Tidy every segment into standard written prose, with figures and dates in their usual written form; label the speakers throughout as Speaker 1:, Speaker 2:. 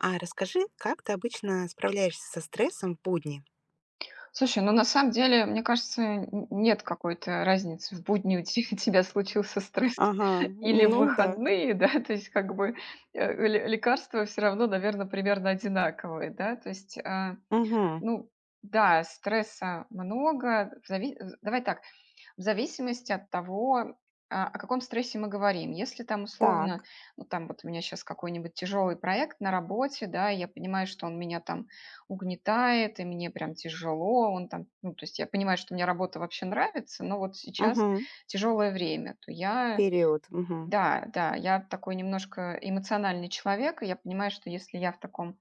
Speaker 1: А расскажи, как ты обычно справляешься со стрессом в будни?
Speaker 2: Слушай, ну на самом деле, мне кажется, нет какой-то разницы. В будни тебя случился стресс
Speaker 1: Ага,
Speaker 2: или в
Speaker 1: ну да.
Speaker 2: выходные, да, то есть как бы лекарства все равно, наверное, примерно одинаковые, да, то есть,
Speaker 1: Мгм.
Speaker 2: ну, да, стресса много. Давай так, в зависимости от того, о каком стрессе мы говорим. Если там условно,
Speaker 1: Так.
Speaker 2: ну там вот у меня сейчас какой-нибудь тяжелый проект на работе, да, и я понимаю, что он меня там угнетает, и мне прям тяжело, он там, ну то есть я понимаю, что мне работа вообще нравится, но вот сейчас
Speaker 1: Угу.
Speaker 2: тяжелое время, то я,
Speaker 1: Период. Мгм.
Speaker 2: да, да, я такой немножко эмоциональный человек, и я понимаю, что если я в таком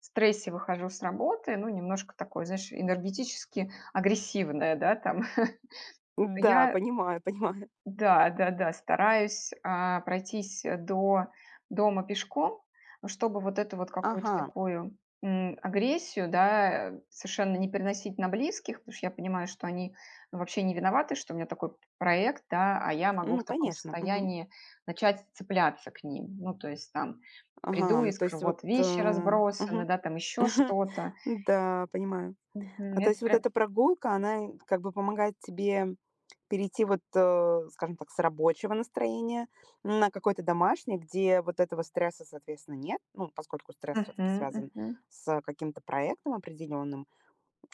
Speaker 2: стрессе выхожу с работы, ну, немножко такой, знаешь, энергетически агрессивная, да, там, то
Speaker 1: Да,
Speaker 2: я,
Speaker 1: понимаю, понимаю.
Speaker 2: да, да-да, стараюсь, пройтись, до дома пешком, ну, чтобы вот эту вот какую-то
Speaker 1: Ага.
Speaker 2: такую, агрессию, да, совершенно не переносить на близких, потому что я понимаю, что они, ну, вообще не виноваты, что у меня такой проект, да, а я могу
Speaker 1: Ну,
Speaker 2: в таком
Speaker 1: конечно. Мгм.
Speaker 2: состоянии начать цепляться к ним. Ну, то есть там приду
Speaker 1: Ага.
Speaker 2: и
Speaker 1: То
Speaker 2: скажу:
Speaker 1: есть вот.
Speaker 2: "Вот вещи разбросаны",
Speaker 1: Мгм.
Speaker 2: да, там еще что-то.
Speaker 1: Да, понимаю.
Speaker 2: Мгм.
Speaker 1: То
Speaker 2: Это
Speaker 1: есть вот
Speaker 2: прям.
Speaker 1: эта прогулка, она как бы помогает тебе перейти вот, скажем так, с рабочего настроения на какое-то домашнее, где вот этого стресса, соответственно, нет, ну, поскольку стресс все-таки
Speaker 2: Мгм,
Speaker 1: связан
Speaker 2: мгм.
Speaker 1: с каким-то проектом определенным.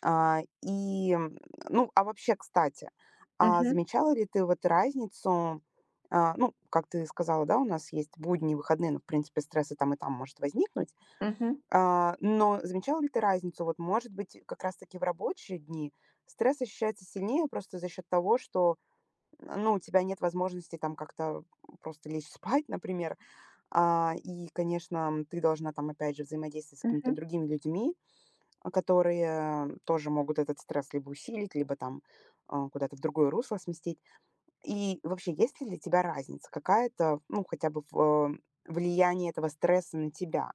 Speaker 1: А, и, м, ну, а вообще, кстати, а
Speaker 2: Мгм,
Speaker 1: замечала ли ты вот разницу, ну, как ты сказала, да, у нас есть будни, выходные, ну, в принципе, стресс там, и там может возникнуть.
Speaker 2: мгм,
Speaker 1: Но замечала ли ты разницу? Вот, может быть, как раз-таки в рабочие дни стресс ощущается сильнее просто за счет того, что, ну, у тебя нет возможности там как-то просто лечь спать, например. И, конечно, ты должна там, опять же, взаимодействовать с какими-то
Speaker 2: мгм.
Speaker 1: другими людьми, которые тоже могут этот стресс либо усилить, либо там куда-то в другое русло сместить. И вообще, есть ли для тебя разница какая-то, ну, хотя бы в, э, влияние этого стресса на тебя?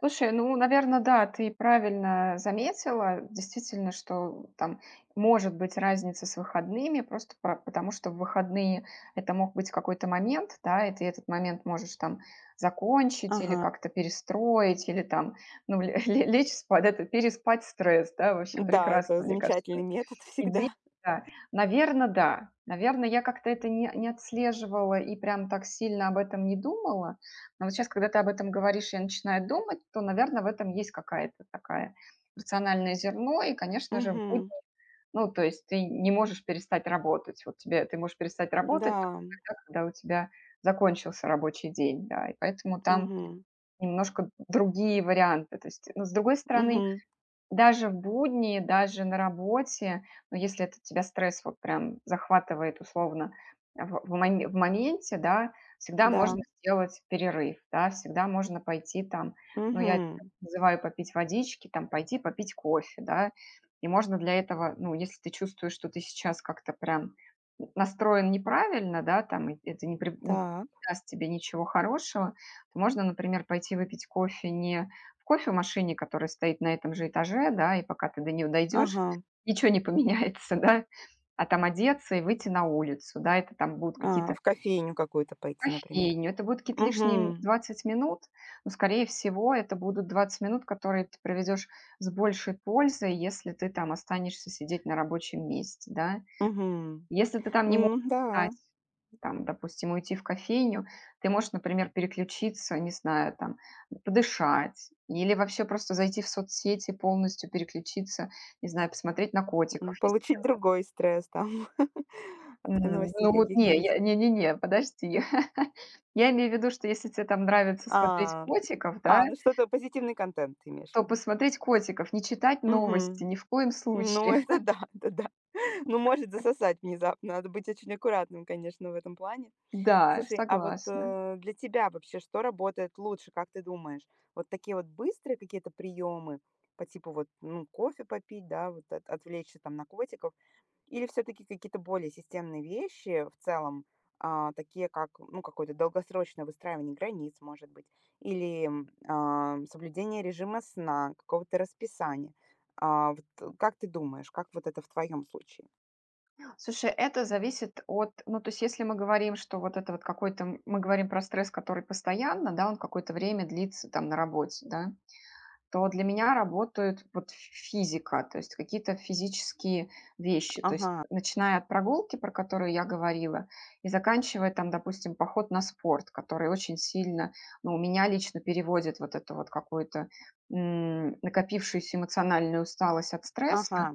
Speaker 2: Слушай, ну, наверное, да, ты правильно заметила. Действительно, что там может быть разница с выходными, просто по потому что в выходные это мог быть какой-то момент, да, и ты этот момент можешь там закончить или
Speaker 1: Ага.
Speaker 2: как-то перестроить, или там, ну, ле ле лечь спать, это переспать стресс, да, вообще
Speaker 1: Да, это
Speaker 2: прекрасно, мне кажется.
Speaker 1: замечательный метод
Speaker 2: Идея,
Speaker 1: всегда.
Speaker 2: да. Наверно, да. Наверное, я как-то это не отслеживала и прям так сильно об этом не думала. Но вот щас, когда ты об этом говоришь, я начинаю думать, то, наверное, в этом есть какая-то такая рациональное зерно. И, конечно же, будет,
Speaker 1: Мгм.
Speaker 2: ну, то есть ты не можешь перестать работать. Вот тебе ты можешь перестать работать
Speaker 1: Да.
Speaker 2: только тогда, когда у тебя закончился рабочий день, да. И поэтому там
Speaker 1: Мгм.
Speaker 2: немножко другие варианты. То есть, но, с другой стороны,
Speaker 1: Мгм.
Speaker 2: даже в будни, даже на работе, но если это тебя стресс вот прям захватывает условно в моменте, да, всегда
Speaker 1: Да.
Speaker 2: можно сделать перерыв, да, всегда можно пойти там, ну, я это
Speaker 1: Мгм.
Speaker 2: называю попить водички, там пойти попить кофе, да. И можно для этого, ну, если ты чувствуешь, что ты сейчас как-то прям настроен неправильно, да, там, и это не
Speaker 1: Так.
Speaker 2: даст тебе ничего хорошего, то можно, например, пойти выпить кофе не в кофемашине, которая стоит на этом же этаже, да, и пока ты до нее дойдешь,
Speaker 1: Ага.
Speaker 2: ничего не поменяется, да. А там одеться и выйти на улицу, да, это там будут
Speaker 1: А,
Speaker 2: какие-то
Speaker 1: в кофейню какую-то пойти, например.
Speaker 2: кофейни, это будут какие-то лишние
Speaker 1: Мгм.
Speaker 2: 20 минут, но, скорее всего, это будут 20 минут, которые ты проведешь с большей пользой, если ты там останешься сидеть на рабочем месте, да.
Speaker 1: Мгм.
Speaker 2: Если ты там не можешь
Speaker 1: М,
Speaker 2: встать,
Speaker 1: да.
Speaker 2: там, допустим, уйти в кофейню, ты можешь, например, переключиться, не знаю, там, подышать или вообще просто зайти в соцсети, полностью переключиться, не знаю, посмотреть на котиков,
Speaker 1: М,
Speaker 2: если
Speaker 1: получить
Speaker 2: те
Speaker 1: другой стресс там от
Speaker 2: м,
Speaker 1: новостей
Speaker 2: ну вот не,
Speaker 1: каких-нибудь.
Speaker 2: я не, подожди. Я имею в виду, что если тебе там нравится смотреть
Speaker 1: А,
Speaker 2: котиков, да,
Speaker 1: ну что-то позитивный контент ты имеешь в
Speaker 2: то
Speaker 1: виду.
Speaker 2: посмотреть котиков, не читать новости
Speaker 1: Мгм.
Speaker 2: ни в коем
Speaker 1: Ну
Speaker 2: случае.
Speaker 1: это да, это да. Ну, может засосать внезапно. Надо быть очень аккуратным, конечно, в этом плане.
Speaker 2: Да,
Speaker 1: Слушай, а вот
Speaker 2: согласна.
Speaker 1: для тебя вообще что работает лучше, как ты думаешь? Вот такие вот быстрые какие-то приемы по типу вот ну, кофе попить, да, вот отвлечься там на котиков, или все-таки какие-то более системные вещи в целом, такие как ну какое-то долгосрочное выстраивание границ, может быть, или соблюдение режима сна, какого-то расписания. Как ты думаешь, как вот это в твоем случае?
Speaker 2: Слушай, это зависит от, ну, то есть, если мы говорим, что вот это вот какой-то, мы говорим про стресс, который постоянно, да, он какое-то время длится там на работе, да, то для меня работают вот физика, то есть какие-то физические вещи, то есть
Speaker 1: Ага,
Speaker 2: начиная от прогулки, про которую я говорила, и заканчивая там, допустим, поход на спорт, который очень сильно, ну, у меня лично переводит вот эту вот какую-то накопившуюся эмоциональную усталость от
Speaker 1: ага,
Speaker 2: стресса.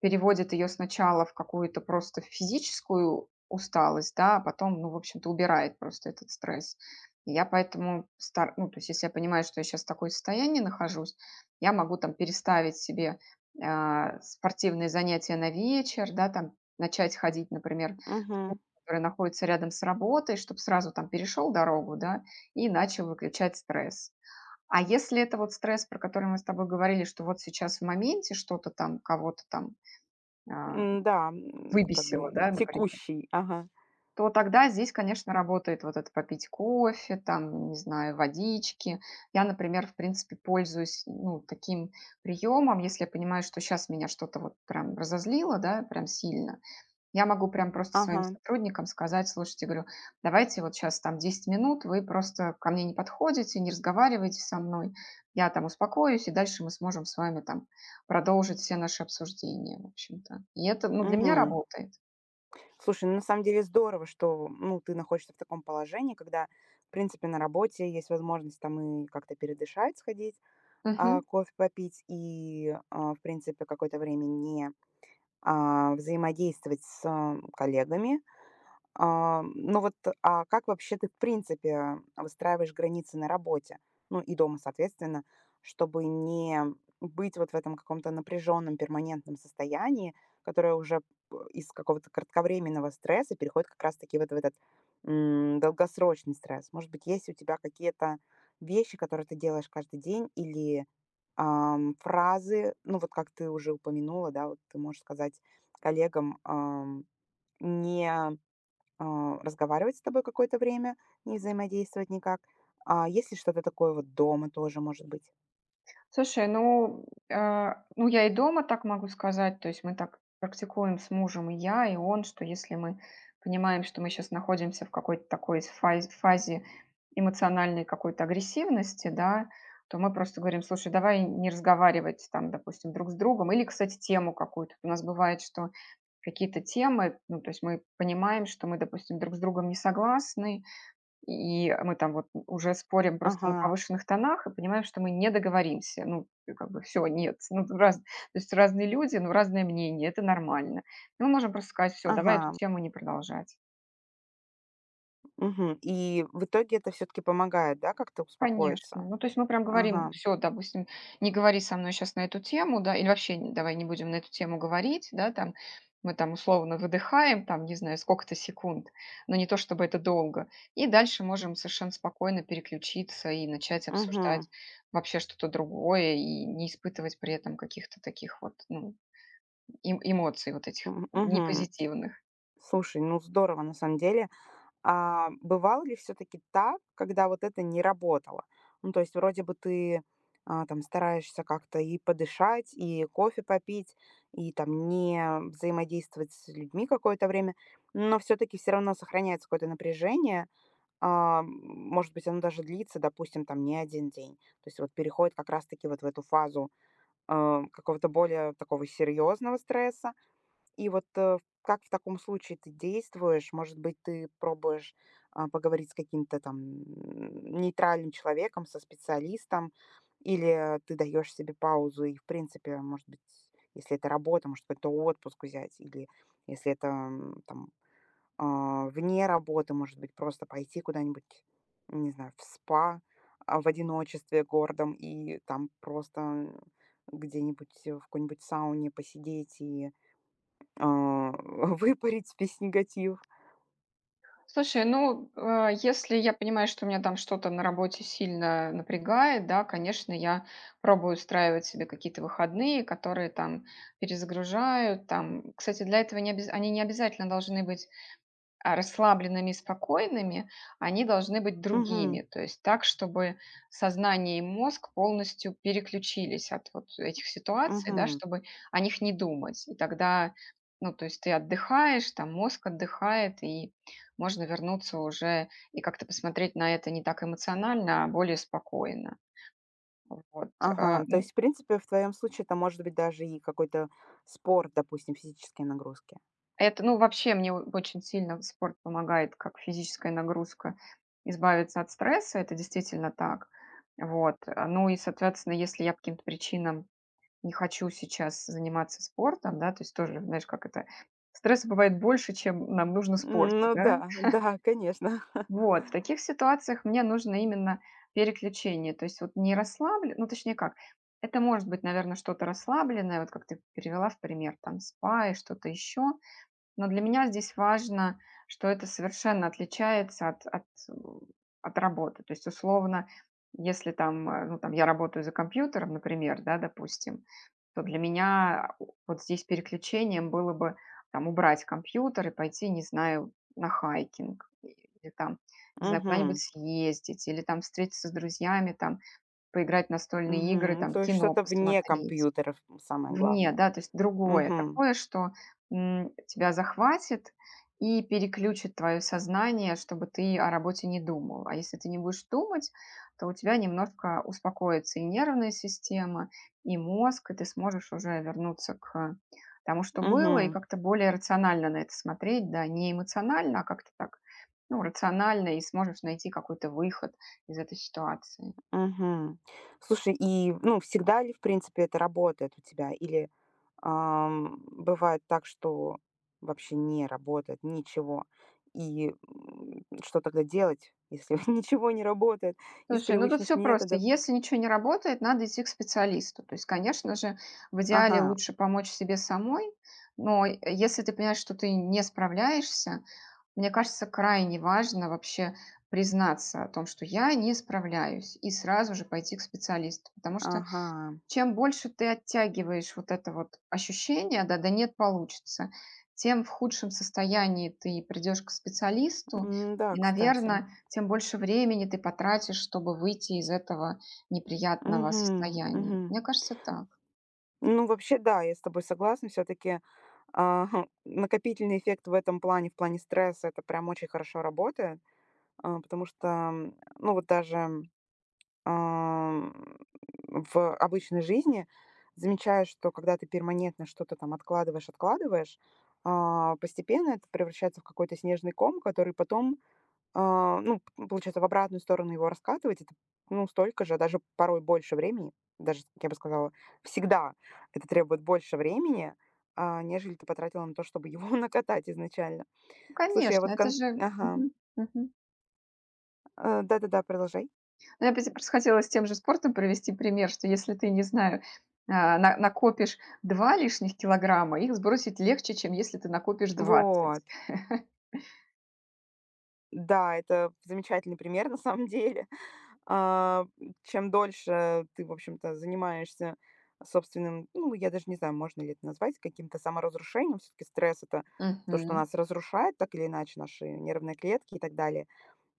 Speaker 2: Переводит ее сначала в какую-то просто физическую усталость, да, а потом, ну, в общем-то, убирает просто этот стресс. И я поэтому стар ну, то есть если я понимаю, что я сейчас в такое состоянии нахожусь, я могу там переставить себе, спортивные занятия на вечер, да, там начать ходить, например, в клуб,
Speaker 1: угу.
Speaker 2: который находится рядом с работой, чтобы сразу там перешел дорогу, да, и начал выключать стресс. А если это вот стресс, про который мы с тобой говорили, что вот сейчас в моменте что-то там, кого-то там, а,
Speaker 1: М, да, м, как
Speaker 2: выбесила,
Speaker 1: бы
Speaker 2: да, например,
Speaker 1: текущий. Ага,
Speaker 2: то тогда здесь, конечно, работает вот это попить кофе, там, не знаю, водички. Я, например, в принципе, пользуюсь, ну, таким приемом, если я понимаю, что сейчас меня что-то вот прям разозлило, да, прям сильно, я могу прям просто
Speaker 1: ага,
Speaker 2: своим сотрудникам сказать: слушайте, говорю, давайте вот сейчас там 10 минут вы просто ко мне не подходите, не разговариваете со мной, я там успокоюсь, и дальше мы сможем с вами там продолжить все наши обсуждения, в общем-то. И это, ну, для меня
Speaker 1: мгм.
Speaker 2: работает.
Speaker 1: Слушай, ну, на самом деле здорово, что, ну, ты находишься в таком положении, когда, в принципе, на работе есть возможность там и как-то передышать, сходить,
Speaker 2: Мгм.
Speaker 1: кофе попить и в принципе, какое-то время не, взаимодействовать с, коллегами. А, ну вот, а как вообще ты, в принципе, выстраиваешь границы на работе, ну и дома, соответственно, чтобы не быть вот в этом каком-то напряженном перманентном состоянии, которое уже из какого-то кратковременного стресса переходит как раз-таки вот в этот долгосрочный стресс? Может быть, есть у тебя какие-то вещи, которые ты делаешь каждый день, или фразы, ну вот как ты уже упомянула, да, вот ты можешь сказать коллегам, не разговаривать с тобой какое-то время, не взаимодействовать никак. А если что-то такое вот дома тоже, может быть?
Speaker 2: Слушай, ну, ну, я и дома так могу сказать, то есть мы так практикуем с мужем и я, и он, что если мы понимаем, что мы сейчас находимся в какой-то такой фазе эмоциональной какой-то агрессивности, да, то мы просто говорим: слушай, давай не разговаривать там, допустим, друг с другом, или, кстати, тему какую-то. У нас бывает, что какие-то темы, ну, то есть мы понимаем, что мы, допустим, друг с другом не согласны, и мы там вот уже спорим просто на
Speaker 1: Ага,
Speaker 2: повышенных тонах и понимаем, что мы не договоримся. Ну, и как бы все, нет. Ну, тут раз, то есть разные люди, но разное мнение, это нормально. И мы можем просто сказать: все, давай эту
Speaker 1: ага,
Speaker 2: тему не продолжать.
Speaker 1: мгм. И в итоге это все-таки помогает, да, как-то успокоиться?
Speaker 2: Конечно. Ну, то есть мы прям говорим:
Speaker 1: Ага,
Speaker 2: все, допустим, не говори со мной сейчас на эту тему, да, или вообще, н давай не будем на эту тему говорить, да, там. Мы там условно выдыхаем, там, не знаю, сколько-то секунд, но не то чтобы это долго. И дальше можем совершенно спокойно переключиться и начать
Speaker 1: угу,
Speaker 2: обсуждать вообще что-то другое, и не испытывать при этом каких-то таких вот, ну, эмоций вот этих
Speaker 1: угу.
Speaker 2: непозитивных.
Speaker 1: Слушай, ну здорово на самом деле. А бывало ли все таки так, когда вот это не работало? Ну, то есть вроде бы ты, там стараешься как-то и подышать, и кофе попить, и там не взаимодействовать с людьми какое-то время, но все таки все равно сохраняется какое-то напряжение. А, м, Может быть, оно даже длится, допустим, там не один день. То есть вот переходит как раз таки вот в эту фазу, какого-то более такого серьезного стресса. Как в таком случае ты действуешь? Может быть, ты пробуешь, поговорить с каким-то там, нейтральным человеком, со специалистом, или ты даешь себе паузу и, в принципе, может быть, если это работа, может, какой-то отпуск взять, или если это, там, вне работы, может быть, просто пойти куда-нибудь, не знаю, в спа, в одиночестве городом и там просто где-нибудь в какой-нибудь сауне посидеть и, а, выпарить весь негатив.
Speaker 2: Слушай, ну, если я понимаю, что меня там что-то на работе сильно напрягает, да, конечно, я пробую устраивать себе какие-то выходные, которые там перезагружают. Там, кстати, для этого не обяз- они не обязательно должны быть, расслабленными и спокойными, они должны быть другими.
Speaker 1: Мгм,
Speaker 2: То есть так, чтобы сознание и мозг полностью переключились от вот этих ситуаций, да,
Speaker 1: мгм.
Speaker 2: чтобы о них не думать. И тогда, ну, то есть ты отдыхаешь, там мозг отдыхает, и можно вернуться уже и как-то посмотреть на это не так эмоционально, а более спокойно. Вот.
Speaker 1: Ага, то
Speaker 2: Ну,
Speaker 1: есть, в принципе, в твоем случае это может быть даже и какой-то спорт, допустим, физические нагрузки.
Speaker 2: это, ну, вообще мне о очень сильно спорт помогает, как физическая нагрузка, избавиться от стресса. Это действительно так. Вот, ну и, соответственно, если я по каким-то причинам не хочу сейчас заниматься спортом, да, то есть тоже, знаешь, как это, стресса бывает больше, чем нам нужно спорта,
Speaker 1: Ну
Speaker 2: да.
Speaker 1: да, да, конечно.
Speaker 2: Вот, в таких ситуациях мне нужно именно переключение. То есть вот не расслаблен, ну, точнее как, это может быть, наверное, что-то расслабленное, вот как ты привела в пример, там, спа и что-то еще. Но для меня здесь важно, что это совершенно отличается от работы. То есть, условно, если там, ну, там я работаю за компьютером, например, да, допустим, то для меня у вот здесь переключением было бы там убрать компьютер и пойти, не знаю, на хайкинг и или там, не знаю, куда-нибудь
Speaker 1: Угу,
Speaker 2: съездить, или там встретиться с друзьями, там поиграть в настольные игры,
Speaker 1: угу.
Speaker 2: там
Speaker 1: То есть
Speaker 2: кино
Speaker 1: что-то вне
Speaker 2: посмотреть.
Speaker 1: компьютеров, самое
Speaker 2: Вне,
Speaker 1: главное.
Speaker 2: да, то есть другое
Speaker 1: Угу,
Speaker 2: такое, что, тебя захватит и переключит твое сознание, чтобы ты о работе не думал. А если ты не будешь думать, то у тебя немножко успокоится и нервная система, и мозг, и ты сможешь уже вернуться к тому, что было, и
Speaker 1: угу,
Speaker 2: как-то более рационально на это смотреть, да, не эмоционально, а как-то так, ну, рационально, и сможешь найти какой-то выход из этой ситуации.
Speaker 1: угу. Слушай, и, ну, всегда ли, в принципе, это работает у тебя? Или бывает так, что вообще не работает ничего. Что тогда делать, если ничего не работает из
Speaker 2: Слушай, ну тут
Speaker 1: привычных
Speaker 2: все просто.
Speaker 1: методов?
Speaker 2: Если ничего не работает, надо идти к специалисту. То есть, конечно же, в идеале
Speaker 1: Ага,
Speaker 2: лучше помочь себе самой, но если ты понимаешь, что ты не справляешься, мне кажется, крайне важно вообще признаться о том, что я не справляюсь, и сразу же пойти к специалисту. Потому что
Speaker 1: ага.
Speaker 2: чем больше ты оттягиваешь вот это вот ощущение, да, да нет, получится, тем в худшем состоянии ты придешь к специалисту,
Speaker 1: М, да,
Speaker 2: и,
Speaker 1: кстати.
Speaker 2: наверное, тем больше времени ты потратишь, чтобы выйти из этого неприятного
Speaker 1: Мгм,
Speaker 2: состояния.
Speaker 1: мгм.
Speaker 2: Мне кажется, так.
Speaker 1: Ну, вообще, да, я с тобой согласна. Все таки накопительный эффект в этом плане, в плане стресса, это прям очень хорошо работает. Потому что, ну, вот даже Ам, в обычной жизни замечаю, что когда ты перманентно что-то там откладываешь, постепенно это превращается в какой-то снежный ком, который потом, ну, п получается, в обратную сторону его раскатывать. Это, ну, столько же, даже порой больше времени. Даже, я бы сказала, всегда это требует больше времени, нежели ты потратила на то, чтобы его накатать изначально.
Speaker 2: Ну,
Speaker 1: Слушай, я
Speaker 2: конечно,
Speaker 1: вот
Speaker 2: это
Speaker 1: кон
Speaker 2: же...
Speaker 1: Ага.
Speaker 2: Мгм, мгм.
Speaker 1: Да-да-да, продолжай.
Speaker 2: Но я опять просто хотела с тем же спортом привести пример, что если ты, не знаю, накопишь 2 лишних килограмма, их сбросить легче, чем если ты накопишь 20.
Speaker 1: Вот. Да, это замечательный пример на самом деле. А, Чем дольше ты, в общем-то, занимаешься собственным, ну, я даже не знаю, можно ли это назвать каким-то саморазрушением, все-таки стресс это то, что
Speaker 2: Мгм.
Speaker 1: нас разрушает, так или иначе, наши нервные клетки и так далее,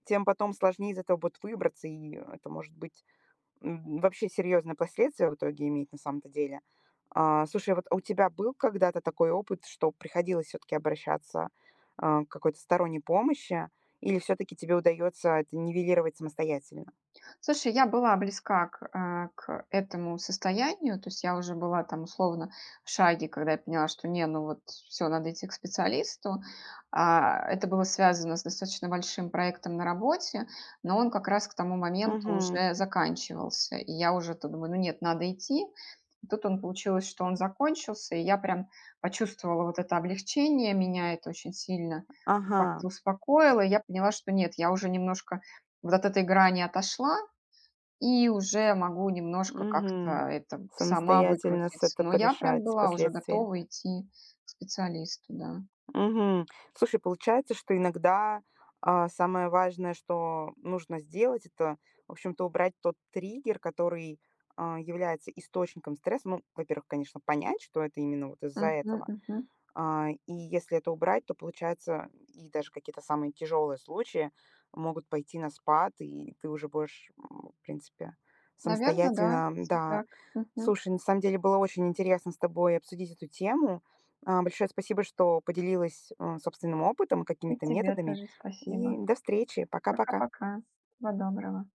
Speaker 1: тем потом сложнее из этого будет выбраться, и это может быть вообще серьезные последствия в итоге имеет на самом-то деле. Слушай, а у тебя был когда-то такой опыт, что приходилось все-таки обращаться, к какой-то сторонней помощи, или все-таки тебе удается это нивелировать самостоятельно?
Speaker 2: Слушай, я была близка к, к этому состоянию, то есть я уже была там условно в шаге, когда я поняла, что не, ну вот все, надо идти к специалисту. Это было связано с достаточно большим проектом на работе, но он как раз к тому моменту
Speaker 1: Мгм.
Speaker 2: уже заканчивался. И я уже то думаю, ну нет, надо идти. И тут он получилось, что он закончился, и я прям почувствовала вот это облегчение, меня это очень сильно, ну,
Speaker 1: Ага.
Speaker 2: как-то успокоило. И я поняла, что нет, я уже немножко вот от этой грани отошла, и уже могу немножко как-то
Speaker 1: Мгм.
Speaker 2: это сама
Speaker 1: Самостоятельно с
Speaker 2: выкрутиться.
Speaker 1: это
Speaker 2: Но я прям
Speaker 1: порешать
Speaker 2: была уже
Speaker 1: последствия.
Speaker 2: готова идти к специалисту, да.
Speaker 1: Мгм. Слушай, получается, что иногда, самое важное, что нужно сделать, это, в общем-то, убрать тот триггер, который, является источником стресса. Ну, во-первых, конечно, понять, что это именно вот из-за
Speaker 2: Мгм,
Speaker 1: этого.
Speaker 2: мгм.
Speaker 1: И если это убрать, то получается и даже какие-то самые тяжелые случаи могут пойти на спад, и ты уже будешь, в принципе,
Speaker 2: Наверно, да,
Speaker 1: самостоятельно,
Speaker 2: всё
Speaker 1: да.
Speaker 2: так. Мгм.
Speaker 1: Слушай, на самом деле было очень интересно с тобой обсудить эту тему. Большое спасибо, что поделилась, собственным опытом и
Speaker 2: И
Speaker 1: какими-то
Speaker 2: тебе
Speaker 1: методами.
Speaker 2: тоже
Speaker 1: И
Speaker 2: спасибо.
Speaker 1: до встречи. Пока-пока.
Speaker 2: Пока-пока. Всего доброго.